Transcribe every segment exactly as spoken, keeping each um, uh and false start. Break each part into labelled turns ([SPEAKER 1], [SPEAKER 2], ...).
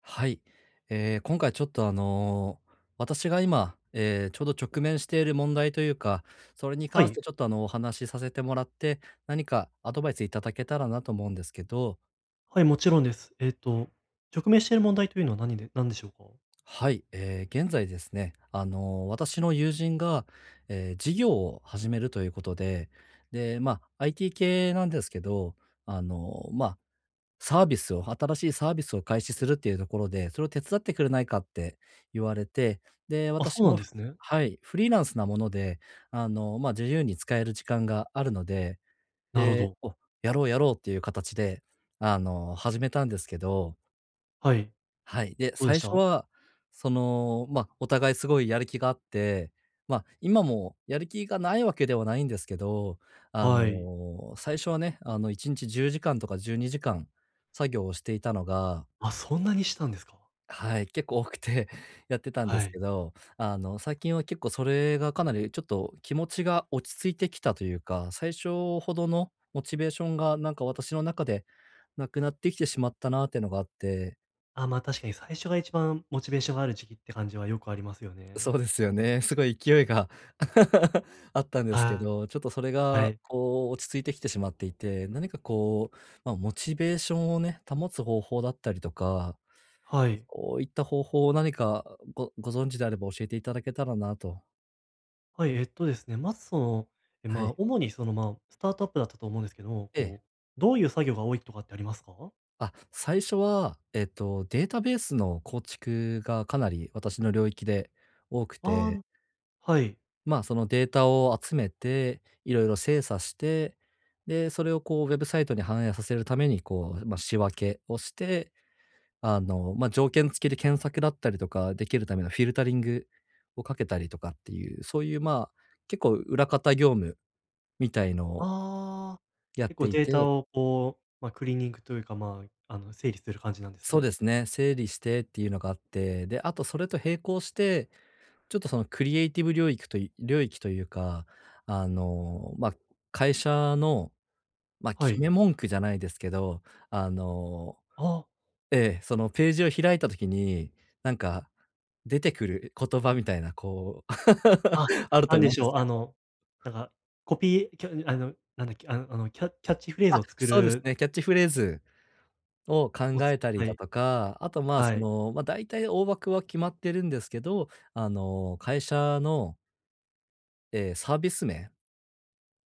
[SPEAKER 1] はい。えー今回ちょっとあのー私が今、えーちょうど直面している問題というか、それに
[SPEAKER 2] は
[SPEAKER 1] 関し
[SPEAKER 2] い。
[SPEAKER 1] てちょっとあの、お話しさせてもらって、何かアドバイスいただけたらなと思うんですけど、
[SPEAKER 2] はい、もちろんです。えっと、直面している問題というのは何で何でしょうか？
[SPEAKER 1] はい。えー現在ですね、あのー私の友人が、えー事業を始めるということで、で、まあ、アイティー 系なんですけど、あのーまサービスを新しいサービスを開始するっていうところで、それを手伝ってくれないかって言われて、で、
[SPEAKER 2] あ、そ
[SPEAKER 1] 私
[SPEAKER 2] うなん
[SPEAKER 1] も
[SPEAKER 2] ですね。
[SPEAKER 1] はい、フリーランスなもので、あの、まあ、自由に使える時間があるので、
[SPEAKER 2] なるほ
[SPEAKER 1] で、
[SPEAKER 2] ど。
[SPEAKER 1] お、やろうやろうっていう形で、あの、始めたんですけど、
[SPEAKER 2] はい。
[SPEAKER 1] はい。で、
[SPEAKER 2] どうで
[SPEAKER 1] 最
[SPEAKER 2] し
[SPEAKER 1] 初
[SPEAKER 2] た？
[SPEAKER 1] は、その、まあ、お互いすごいやる気があって、まあ、今もやる気がないわけではないんですけど、あ
[SPEAKER 2] はい。
[SPEAKER 1] の、最初はね、あの、いちにちじゅうじかんとかじゅうにじかん作業をしていたのが、
[SPEAKER 2] あ、そんなにしたんですか？
[SPEAKER 1] はい、結構多くて やってたんで
[SPEAKER 2] は
[SPEAKER 1] す
[SPEAKER 2] い。
[SPEAKER 1] けど、あの、最近は結構それがかなりちょっと気持ちが落ち着いてきたというか、最初ほどのモチベーションがなんか私の中でなくなってきてしまったなっていうのがあって、
[SPEAKER 2] あ、ま、確かに最初が一番モチベーションがある時期って感じはよくありますよね。
[SPEAKER 1] そうですよね。すごい勢いが あったんですけ
[SPEAKER 2] は
[SPEAKER 1] ど、
[SPEAKER 2] い。
[SPEAKER 1] ちょっとそれが、こう、落ち着いてきてしまっていて、何かこう、まあ、モチベーションをね、保つ方法だったりとか、
[SPEAKER 2] はい。
[SPEAKER 1] こういった方法を何かご、ご存知であれば教えていただけたらなと。
[SPEAKER 2] はい、えっとですね、まずその、え、
[SPEAKER 1] は
[SPEAKER 2] まあ、
[SPEAKER 1] い。
[SPEAKER 2] 主にその、まあ、スタートアップだったと思うんですけども、
[SPEAKER 1] ええ。
[SPEAKER 2] こう、どういう作業が多いとかってありますか？
[SPEAKER 1] あ、最初は、えっと、データベースの構築がかなり私の領域で多く
[SPEAKER 2] あ
[SPEAKER 1] て、
[SPEAKER 2] あ、はい。
[SPEAKER 1] まあ、そのデータを集めて、いろいろ精査して、で、それをこうウェブサイトに反映させるために、こう、まあ、仕分けをして、あの、まあ、条件付きで検索だったりとかできるためのフィルタリングをかけたりとかっていう、そういう、まあ、結構裏方業務みたいのを
[SPEAKER 2] ああ、
[SPEAKER 1] やっ
[SPEAKER 2] 結
[SPEAKER 1] て
[SPEAKER 2] 構
[SPEAKER 1] い
[SPEAKER 2] データ
[SPEAKER 1] て、
[SPEAKER 2] をこう、まあ、クリーニングというか、まあ、あの、整理する感じなんです
[SPEAKER 1] そう
[SPEAKER 2] ね。
[SPEAKER 1] ですね、整理してっていうのがあって、で、あとそれと並行して、ちょっとそのクリエイティブ領域とい領域というか、あの、まあ、会社の、まあ、
[SPEAKER 2] は
[SPEAKER 1] 決
[SPEAKER 2] い。
[SPEAKER 1] め文句じゃないですけど、あの、
[SPEAKER 2] あ
[SPEAKER 1] ええ、そのページを開いた時に、なんか出てくる言葉みたいな、こう、
[SPEAKER 2] あ、あ、
[SPEAKER 1] あると
[SPEAKER 2] なん
[SPEAKER 1] 思
[SPEAKER 2] で
[SPEAKER 1] うん
[SPEAKER 2] し
[SPEAKER 1] で
[SPEAKER 2] ょ
[SPEAKER 1] す
[SPEAKER 2] う、
[SPEAKER 1] け
[SPEAKER 2] あ
[SPEAKER 1] ど、
[SPEAKER 2] の、なんか、コピー、キャあの、なんだっけ、あのあの、キャキャッチフレーズ
[SPEAKER 1] あ、
[SPEAKER 2] を作
[SPEAKER 1] そうです
[SPEAKER 2] る、
[SPEAKER 1] ね、キャッチフレーズを考
[SPEAKER 2] おつ
[SPEAKER 1] えたり
[SPEAKER 2] は
[SPEAKER 1] だ
[SPEAKER 2] い、
[SPEAKER 1] とか、あと、まあ、
[SPEAKER 2] は
[SPEAKER 1] そ
[SPEAKER 2] い、
[SPEAKER 1] の、まあ、大体大枠は決まってるんですけど、あの、会社の、えーサービス名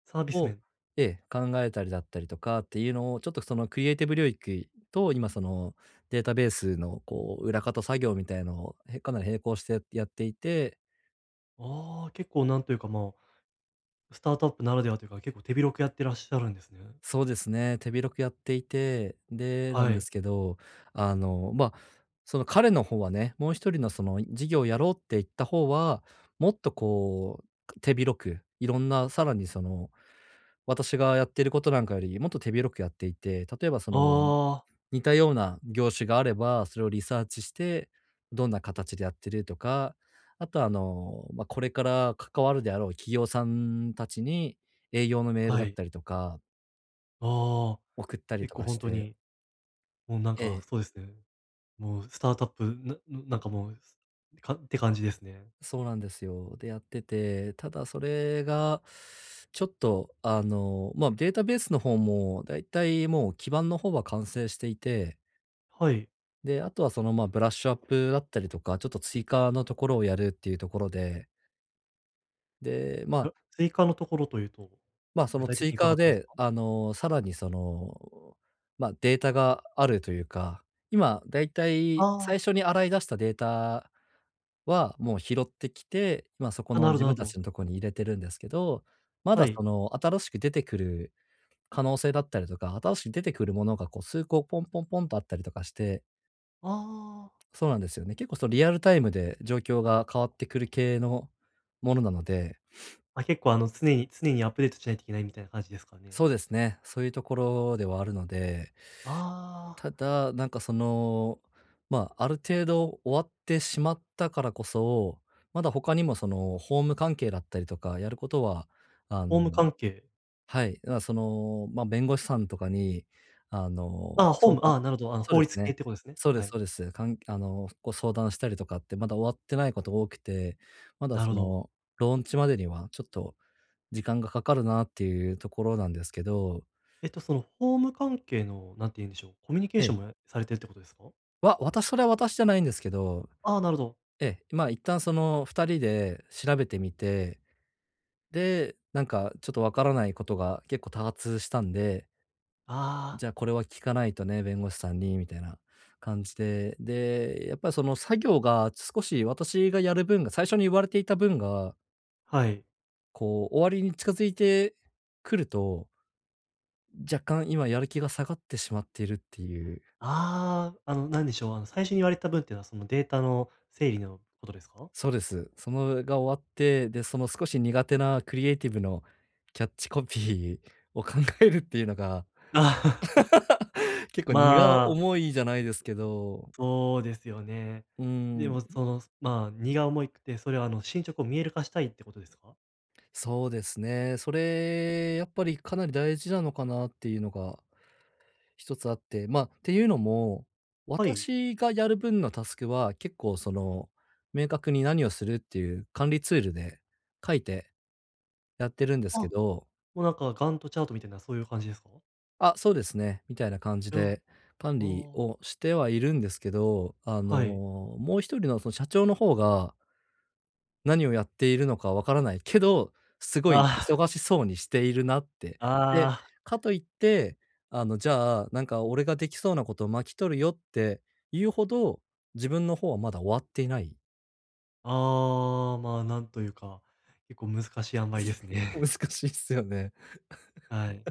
[SPEAKER 2] サービス
[SPEAKER 1] を、
[SPEAKER 2] 面。
[SPEAKER 1] ええ、考えたりだったりとかっていうのを、ちょっとそのクリエイティブ領域と、今そのデータベースのこう裏方作業みたいのを、へかなり並行してやっていて、
[SPEAKER 2] ああ、結構なんというか、まあ、スタートアップならではというか、結構手広くやってらっしゃるんですね。
[SPEAKER 1] そうですね、手広くやっていて、で、な
[SPEAKER 2] は
[SPEAKER 1] んで
[SPEAKER 2] い。
[SPEAKER 1] すけど、あの、まあ、その彼の方はね、もう一人のその事業をやろうって言った方は、もっとこう、手広く、いろんなさらにその、私がやってることなんかよりもっと手広くやっていて、例えばそ
[SPEAKER 2] あ
[SPEAKER 1] の
[SPEAKER 2] あ、
[SPEAKER 1] 似たような業種があれば、それをリサーチして、どんな形でやってるとか、あとはあの、まあ、これから関わるであろう企業さんたちに、営業のメール
[SPEAKER 2] は
[SPEAKER 1] だっ
[SPEAKER 2] い。
[SPEAKER 1] たりとか、
[SPEAKER 2] ああ、
[SPEAKER 1] 送ったり
[SPEAKER 2] 結
[SPEAKER 1] と
[SPEAKER 2] 構
[SPEAKER 1] か
[SPEAKER 2] 本
[SPEAKER 1] し
[SPEAKER 2] 当
[SPEAKER 1] て、
[SPEAKER 2] に、もうなん
[SPEAKER 1] え
[SPEAKER 2] か
[SPEAKER 1] え、
[SPEAKER 2] そうですね。もうスタートアップ、なななんかもう、かって感じですね。
[SPEAKER 1] そうなんですよ。で、やってて、ただそれが、ちょっとあの、まあ、データベースの方もだいたいもう基盤の方は完成していて、
[SPEAKER 2] はい。
[SPEAKER 1] で、あとはその、まあ、ブラッシュアップだったりとか、ちょっと追加のところをやるっていうところで、で、ま
[SPEAKER 2] あ、追加のところというと、
[SPEAKER 1] まあ、そ
[SPEAKER 2] 具
[SPEAKER 1] の
[SPEAKER 2] 体的
[SPEAKER 1] 追
[SPEAKER 2] に伺
[SPEAKER 1] 加
[SPEAKER 2] ってもいいです
[SPEAKER 1] で、
[SPEAKER 2] か？
[SPEAKER 1] あの、さらにその、まあ、データがあるというか、今だいたい最
[SPEAKER 2] ああ、
[SPEAKER 1] 初に洗い出したデータはもう拾ってきて、今そこ
[SPEAKER 2] あ、な
[SPEAKER 1] の
[SPEAKER 2] るほ
[SPEAKER 1] 自
[SPEAKER 2] どな
[SPEAKER 1] 分
[SPEAKER 2] るほ
[SPEAKER 1] たち
[SPEAKER 2] ど。
[SPEAKER 1] のとこに入れてるんですけど、ま
[SPEAKER 2] は
[SPEAKER 1] だ
[SPEAKER 2] い。
[SPEAKER 1] その新しく出てくる可能性だったりとか、新しく出てくるものがこう数個ポンポンポンとあったりとかして、
[SPEAKER 2] ああ。
[SPEAKER 1] そうなんですよね。結構そのリアルタイムで状況が変わってくる系のものなので、
[SPEAKER 2] あ、結構あの常に常にアップデートしないといけないみたいな感じですかね。
[SPEAKER 1] そうですね、そういうところではあるので、
[SPEAKER 2] ああ、
[SPEAKER 1] ただ、なんかその、まあ、ある程度終わってしまったからこそ、まだ他にもその法務関係だったりとかやることは、あ
[SPEAKER 2] 法
[SPEAKER 1] の、
[SPEAKER 2] 務関係。
[SPEAKER 1] はい、まあ、その、まあ、弁護士さんとかに、あの、
[SPEAKER 2] ああ、法
[SPEAKER 1] 相
[SPEAKER 2] 務、
[SPEAKER 1] 談、
[SPEAKER 2] ああ、なるほど、あの
[SPEAKER 1] そう
[SPEAKER 2] 法
[SPEAKER 1] です
[SPEAKER 2] 律系っ
[SPEAKER 1] ね。
[SPEAKER 2] てことですね。
[SPEAKER 1] そうで
[SPEAKER 2] は
[SPEAKER 1] す
[SPEAKER 2] い。
[SPEAKER 1] そうです。かんあの、ご相談したりとかってまだ終わってないことが多くて、まだ
[SPEAKER 2] なる
[SPEAKER 1] そ
[SPEAKER 2] ほど。
[SPEAKER 1] の、ローンチまでにはちょっと時間がかかるなっていうところなんですけど。
[SPEAKER 2] えっとその法務関係の、なんて言うんでしょう、コミュニケー
[SPEAKER 1] え
[SPEAKER 2] ショ
[SPEAKER 1] え。
[SPEAKER 2] ンもやされてるってことですか？
[SPEAKER 1] わ私それは私じゃないんですけど、
[SPEAKER 2] ああ、なるほど。
[SPEAKER 1] ええ、ま、一旦そのふたりで調べてみて、で、なんかちょっとわからないことが結構多発したんで、
[SPEAKER 2] あ
[SPEAKER 1] じゃあこれは聞かないとね、弁護士さんにみたいな感じで、で、やっぱりその作業が少し私がやる分が、最初に言われていた分が、
[SPEAKER 2] あ、はい。
[SPEAKER 1] こう終わりに近づいてくると、若干今やる気が下がってしまっているっていう、
[SPEAKER 2] ああ、あの、なんでしょう、あの、最初に言われた分っていうのは、そのデータの整理のことですか？
[SPEAKER 1] そうです。そのが終わって、で、その少し苦手なクリエイティブのキャッチコピー を考えるっていうのが、
[SPEAKER 2] あ
[SPEAKER 1] 結構荷が
[SPEAKER 2] まあ、
[SPEAKER 1] 重いじゃないですけど、
[SPEAKER 2] そうですよね。
[SPEAKER 1] う
[SPEAKER 2] で
[SPEAKER 1] ん、
[SPEAKER 2] も、その、まあ、荷が重いくて、それは、あの、進捗を見える化したいってことですか？
[SPEAKER 1] そうですね。それ、やっぱりかなり大事なのかなっていうのが一つあって、まあ、っていうのも、
[SPEAKER 2] はい。
[SPEAKER 1] 私がやる分のタスクは結構その、明確に何をするっていう管理ツールで書いてやってるんです
[SPEAKER 2] あ、
[SPEAKER 1] けど、
[SPEAKER 2] もうなんかガントチャートみたいなそういう感じですか？
[SPEAKER 1] あ、そうですね、みたいな感じ
[SPEAKER 2] いや、
[SPEAKER 1] で管理
[SPEAKER 2] おー
[SPEAKER 1] をしてはいるんですけど、あの、
[SPEAKER 2] はい。
[SPEAKER 1] もう一人のその社長の方が、何をやっているのかわからないけど、すごい
[SPEAKER 2] あ
[SPEAKER 1] 忙しそうにしているなって。
[SPEAKER 2] あ、あ
[SPEAKER 1] で、
[SPEAKER 2] あ、
[SPEAKER 1] かといって、あの、じゃあ、なんか俺ができそうなことを巻き取るよって言うほど、自分の方はまだ終わっていない。
[SPEAKER 2] ああ、まあ、なんというか、結構難しい塩梅です
[SPEAKER 1] 難
[SPEAKER 2] ね。
[SPEAKER 1] しいっすよね。
[SPEAKER 2] はい。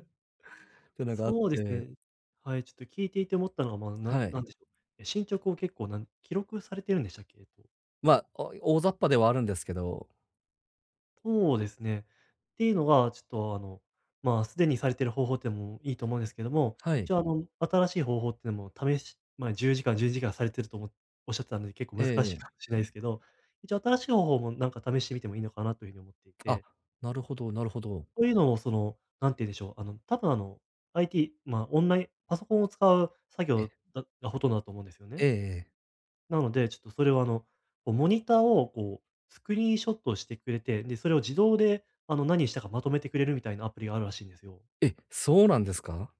[SPEAKER 1] ってのがあっ
[SPEAKER 2] そうです
[SPEAKER 1] て、
[SPEAKER 2] ね。はい、ちょっと聞いていて思ったのは、まあ、なん
[SPEAKER 1] はい。
[SPEAKER 2] なんでしょう。え、進捗を結構なん記録されてるんでしたっけ？えっと、
[SPEAKER 1] まあ、お大雑把ではあるんですけど、
[SPEAKER 2] そうですね。っていうのが、ちょっとあの、まあ、すでにされてる方法ってのもいいと思うんですけども、
[SPEAKER 1] はい。
[SPEAKER 2] 一応あの、新しい方法っていうのも試しまあ、じゅうじかん、じゅうにじかんされてるとおもおっしゃってたので、結構難しいか
[SPEAKER 1] ええ、
[SPEAKER 2] もしれないですけど、一応新しい方法もなんか試してみてもいいのかなというふうに思ってい
[SPEAKER 1] あ、
[SPEAKER 2] て、
[SPEAKER 1] なるほどなるほど。
[SPEAKER 2] そういうのをその、なんて言うんでしょう、あの、多分あの、アイティー、まあ、オンラインパソコンを使う作業だがほとんどだと思うんですよ
[SPEAKER 1] え
[SPEAKER 2] ね。
[SPEAKER 1] えええ。
[SPEAKER 2] なので、ちょっとそれはあの、こうモニターをこうスクリーンショットをしてくれて、で、それを自動であの、何したかまとめてくれるみたいなアプリがあるらしいんですよ。
[SPEAKER 1] え、そうなんですか？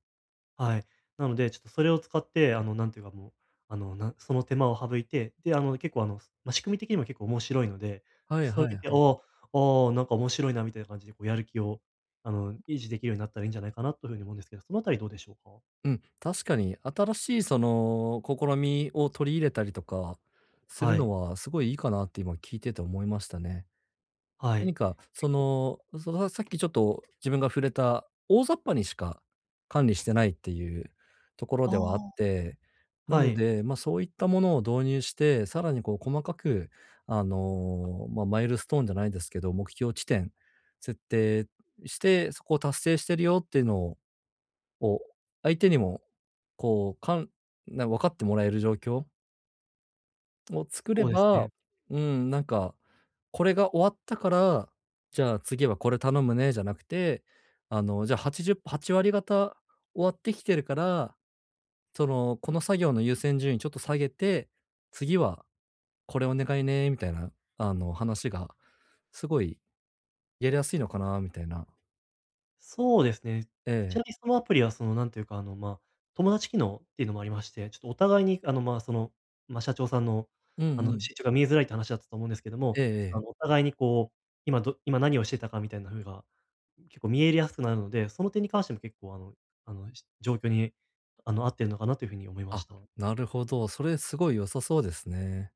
[SPEAKER 2] はい。なので、ちょっとそれを使って、あの、なんていうかもう、あの、なその手間を省いて、で、あの、結構あの、まあ、仕組み的にも結構面白いので、
[SPEAKER 1] はい
[SPEAKER 2] そ
[SPEAKER 1] は
[SPEAKER 2] れ
[SPEAKER 1] い
[SPEAKER 2] 見て、あ
[SPEAKER 1] はい。
[SPEAKER 2] あ、ああ、なんか面白いなみたいな感じでこうやる気を、あの、維持できるようになったらいいんじゃないかなというふうに思うんですけど、そのあたりどうでしょうか？
[SPEAKER 1] うん、確かに新しいその試みを取り入れたりとかする
[SPEAKER 2] は
[SPEAKER 1] の
[SPEAKER 2] い。
[SPEAKER 1] はすごいいいかなって今聞いてて思いましたね。
[SPEAKER 2] は
[SPEAKER 1] 何
[SPEAKER 2] い。
[SPEAKER 1] か、そ
[SPEAKER 2] 結構
[SPEAKER 1] の、その、さっきちょっと自分が触れた、大雑把にしか管理してないっていうところではあっ
[SPEAKER 2] あ
[SPEAKER 1] て、
[SPEAKER 2] あ、
[SPEAKER 1] な
[SPEAKER 2] は
[SPEAKER 1] の
[SPEAKER 2] い、
[SPEAKER 1] で、まあ、そういったものを導入して、さらにこう細かく、あの、まあ、マイルストーンじゃないですけど、目標地点設定して、そこを達成してるよっていうのを、を相手にも、こう、かんな、分かってもらえる状況を作れ
[SPEAKER 2] そうです
[SPEAKER 1] ば、
[SPEAKER 2] ね。
[SPEAKER 1] うん、なんか、これが終わったから、じゃあ次はこれ頼むねじゃなくて、あの、じゃあはちじゅう、はち割方終わってきてるから、その、この作業の優先順位ちょっと下げて、次はこれお願いね、みたいな、あの、話が、すごいやりやすいのかな、みたいな。
[SPEAKER 2] そうですね。
[SPEAKER 1] え
[SPEAKER 2] ちなみ
[SPEAKER 1] え。
[SPEAKER 2] にそのアプリはその、なんていうか、あの、まあ、友達機能っていうのもありまして、ちょっとお互いに、あの、まあ、その、まあ、社長さんの、
[SPEAKER 1] うん
[SPEAKER 2] あ
[SPEAKER 1] う
[SPEAKER 2] の、
[SPEAKER 1] ん。
[SPEAKER 2] 進捗が見えづらいって話だったと思うんですけど
[SPEAKER 1] え
[SPEAKER 2] も、
[SPEAKER 1] え
[SPEAKER 2] ちょっと、
[SPEAKER 1] え
[SPEAKER 2] あの、お
[SPEAKER 1] え。
[SPEAKER 2] 互いにこう、今ど今何をしてたかみたいな風が、結構見えやすくなるので、その点に関しても結構、あのあの、し状況に、あの、合ってるのかなという風に思いまし
[SPEAKER 1] あ、
[SPEAKER 2] た。
[SPEAKER 1] なるほど。それすごい良さそうですね。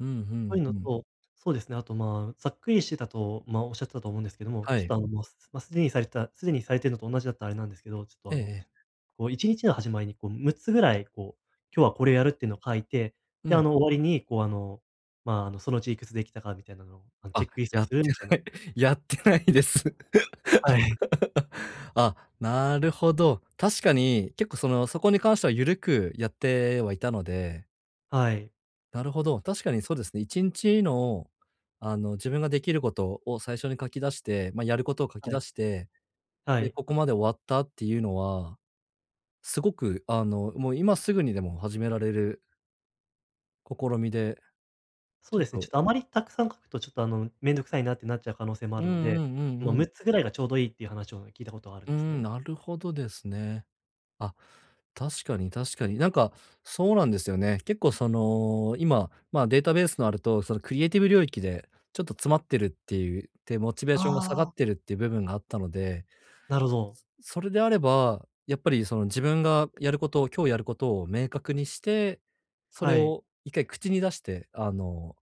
[SPEAKER 1] うんう
[SPEAKER 2] そ
[SPEAKER 1] ん
[SPEAKER 2] ういう
[SPEAKER 1] う
[SPEAKER 2] の
[SPEAKER 1] ん。
[SPEAKER 2] と、そうですね、あと、まあ、ざっくりしてたと、まあ、おっしゃってたと思うんですけども、
[SPEAKER 1] は
[SPEAKER 2] ちょっ
[SPEAKER 1] い。
[SPEAKER 2] と、あの、もう、すまあ、すでにされてたすでにされてるのと同じだったらあれなんですけど、ちょっと、
[SPEAKER 1] ええ
[SPEAKER 2] あの
[SPEAKER 1] ええ。
[SPEAKER 2] こういちにちの始まりにこうむっつぐらい、こう、今日はこれをやるっていうのを書いて、
[SPEAKER 1] う
[SPEAKER 2] で、
[SPEAKER 1] ん。
[SPEAKER 2] あの、終わりに、こう、あの、まあ、あの、そのうちいくつできたかみたいなのを、あの、チ
[SPEAKER 1] あ、
[SPEAKER 2] ェックリスト
[SPEAKER 1] やっ
[SPEAKER 2] する
[SPEAKER 1] て
[SPEAKER 2] みたい
[SPEAKER 1] な
[SPEAKER 2] な。
[SPEAKER 1] い やってないです。
[SPEAKER 2] はい。
[SPEAKER 1] あ、なるほど。確かに、結構その、そこに関しては緩くやってはいたので、
[SPEAKER 2] はい。
[SPEAKER 1] なるほど。確かにそうですね。いちにちの、あの、自分ができることを最初に書き出して、まあ、やることを書き
[SPEAKER 2] は
[SPEAKER 1] 出
[SPEAKER 2] い。
[SPEAKER 1] して、
[SPEAKER 2] は
[SPEAKER 1] で、
[SPEAKER 2] い。
[SPEAKER 1] ここまで終わったっていうのは、すごく、あの、もう今すぐにでも始められる試みで、
[SPEAKER 2] そ
[SPEAKER 1] ち
[SPEAKER 2] う
[SPEAKER 1] ょっ
[SPEAKER 2] ですね、ち
[SPEAKER 1] と、
[SPEAKER 2] ょっとあまりたくさん書くとちょっと、あの、めんどくさいなってなっちゃう可能性もあ
[SPEAKER 1] う
[SPEAKER 2] るの
[SPEAKER 1] んう
[SPEAKER 2] で、
[SPEAKER 1] んうん
[SPEAKER 2] まあ、
[SPEAKER 1] うん。
[SPEAKER 2] むっつぐらいがちょうどいいっていう話を聞いたことがあるん
[SPEAKER 1] う
[SPEAKER 2] です
[SPEAKER 1] ん、
[SPEAKER 2] ね。
[SPEAKER 1] なるほどですね。あ、確かに確かに。なんか、そうなんですよね。結構その、今、ま、データベースのあると、そのクリエイティブ領域でちょっと詰まってるっていう、で、モチベー
[SPEAKER 2] あ
[SPEAKER 1] ションが下がっ
[SPEAKER 2] あ、
[SPEAKER 1] てるっていう部分があったので、
[SPEAKER 2] なるほど。
[SPEAKER 1] それであれば、やっぱりその自分がやることを、今日やることを明確にして、それ
[SPEAKER 2] はい。
[SPEAKER 1] を一回口に出して、あの、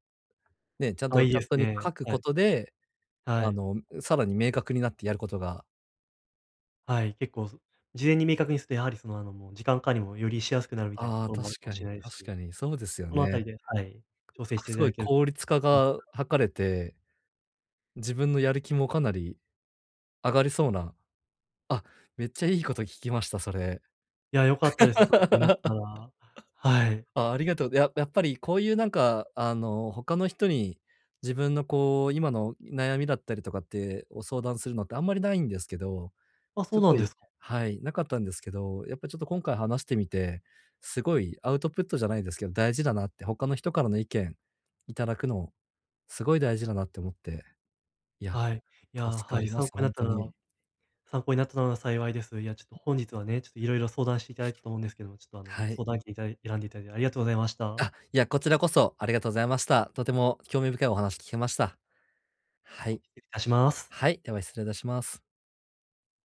[SPEAKER 1] ね、ちゃん
[SPEAKER 2] あ、
[SPEAKER 1] と
[SPEAKER 2] いい
[SPEAKER 1] チャ
[SPEAKER 2] で
[SPEAKER 1] ッ
[SPEAKER 2] す
[SPEAKER 1] トに
[SPEAKER 2] ね。
[SPEAKER 1] 書く
[SPEAKER 2] は
[SPEAKER 1] こ
[SPEAKER 2] い。
[SPEAKER 1] とで、
[SPEAKER 2] は
[SPEAKER 1] あ
[SPEAKER 2] い。
[SPEAKER 1] の、さらに明確になってやることが、
[SPEAKER 2] はい。結構、事前に明確にすると、やはりその、あの、もう時間管理もよりしやすくなるみたいなと
[SPEAKER 1] ああ、
[SPEAKER 2] ころも
[SPEAKER 1] 確
[SPEAKER 2] あるかも
[SPEAKER 1] か
[SPEAKER 2] しれ
[SPEAKER 1] に
[SPEAKER 2] ないです
[SPEAKER 1] 確
[SPEAKER 2] し、
[SPEAKER 1] かに、そうですよ
[SPEAKER 2] そのあた
[SPEAKER 1] ね。
[SPEAKER 2] りで、はい、調整して
[SPEAKER 1] す
[SPEAKER 2] い
[SPEAKER 1] す
[SPEAKER 2] た
[SPEAKER 1] ご
[SPEAKER 2] だ
[SPEAKER 1] い
[SPEAKER 2] けると。
[SPEAKER 1] 効率化が図れて、自分のやる気もかなり上がりそうな、あ、めっちゃいいこと聞きました、それ。
[SPEAKER 2] いや、良かったです、参考になったな ら。はい。
[SPEAKER 1] あ、ありがとう。ややっぱりこういうなんか、あの、他の人に自分のこう、今の悩みだったりとかってを相談するのってあんまりないんですけど、
[SPEAKER 2] あ、そ
[SPEAKER 1] す
[SPEAKER 2] うな
[SPEAKER 1] ご
[SPEAKER 2] んで
[SPEAKER 1] い
[SPEAKER 2] すか。
[SPEAKER 1] はい、なかったんですけど、やっぱちょっと今回話してみて、すごいアウトプットじゃないですけど、大事だなって、他の人からの意見いただくの、すごい大事だなって思って、いや
[SPEAKER 2] はい。いや、
[SPEAKER 1] 助か
[SPEAKER 2] はい、
[SPEAKER 1] りま
[SPEAKER 2] 参
[SPEAKER 1] す、
[SPEAKER 2] 考に
[SPEAKER 1] ほ
[SPEAKER 2] な
[SPEAKER 1] ん
[SPEAKER 2] った
[SPEAKER 1] と
[SPEAKER 2] な
[SPEAKER 1] に。
[SPEAKER 2] ら参考になったなら幸いです。いや、ちょっと本日はね、ちょっと色々相談していただいたと思うんですけども、ちょっとあの、
[SPEAKER 1] はい。
[SPEAKER 2] 相談機いただい選んでいただいてありがとうございました。
[SPEAKER 1] あ、いや、こちらこそありがとうございました。とても興味深いお話聞けました。はい。
[SPEAKER 2] 失礼いたします。
[SPEAKER 1] はい、では失礼いたします。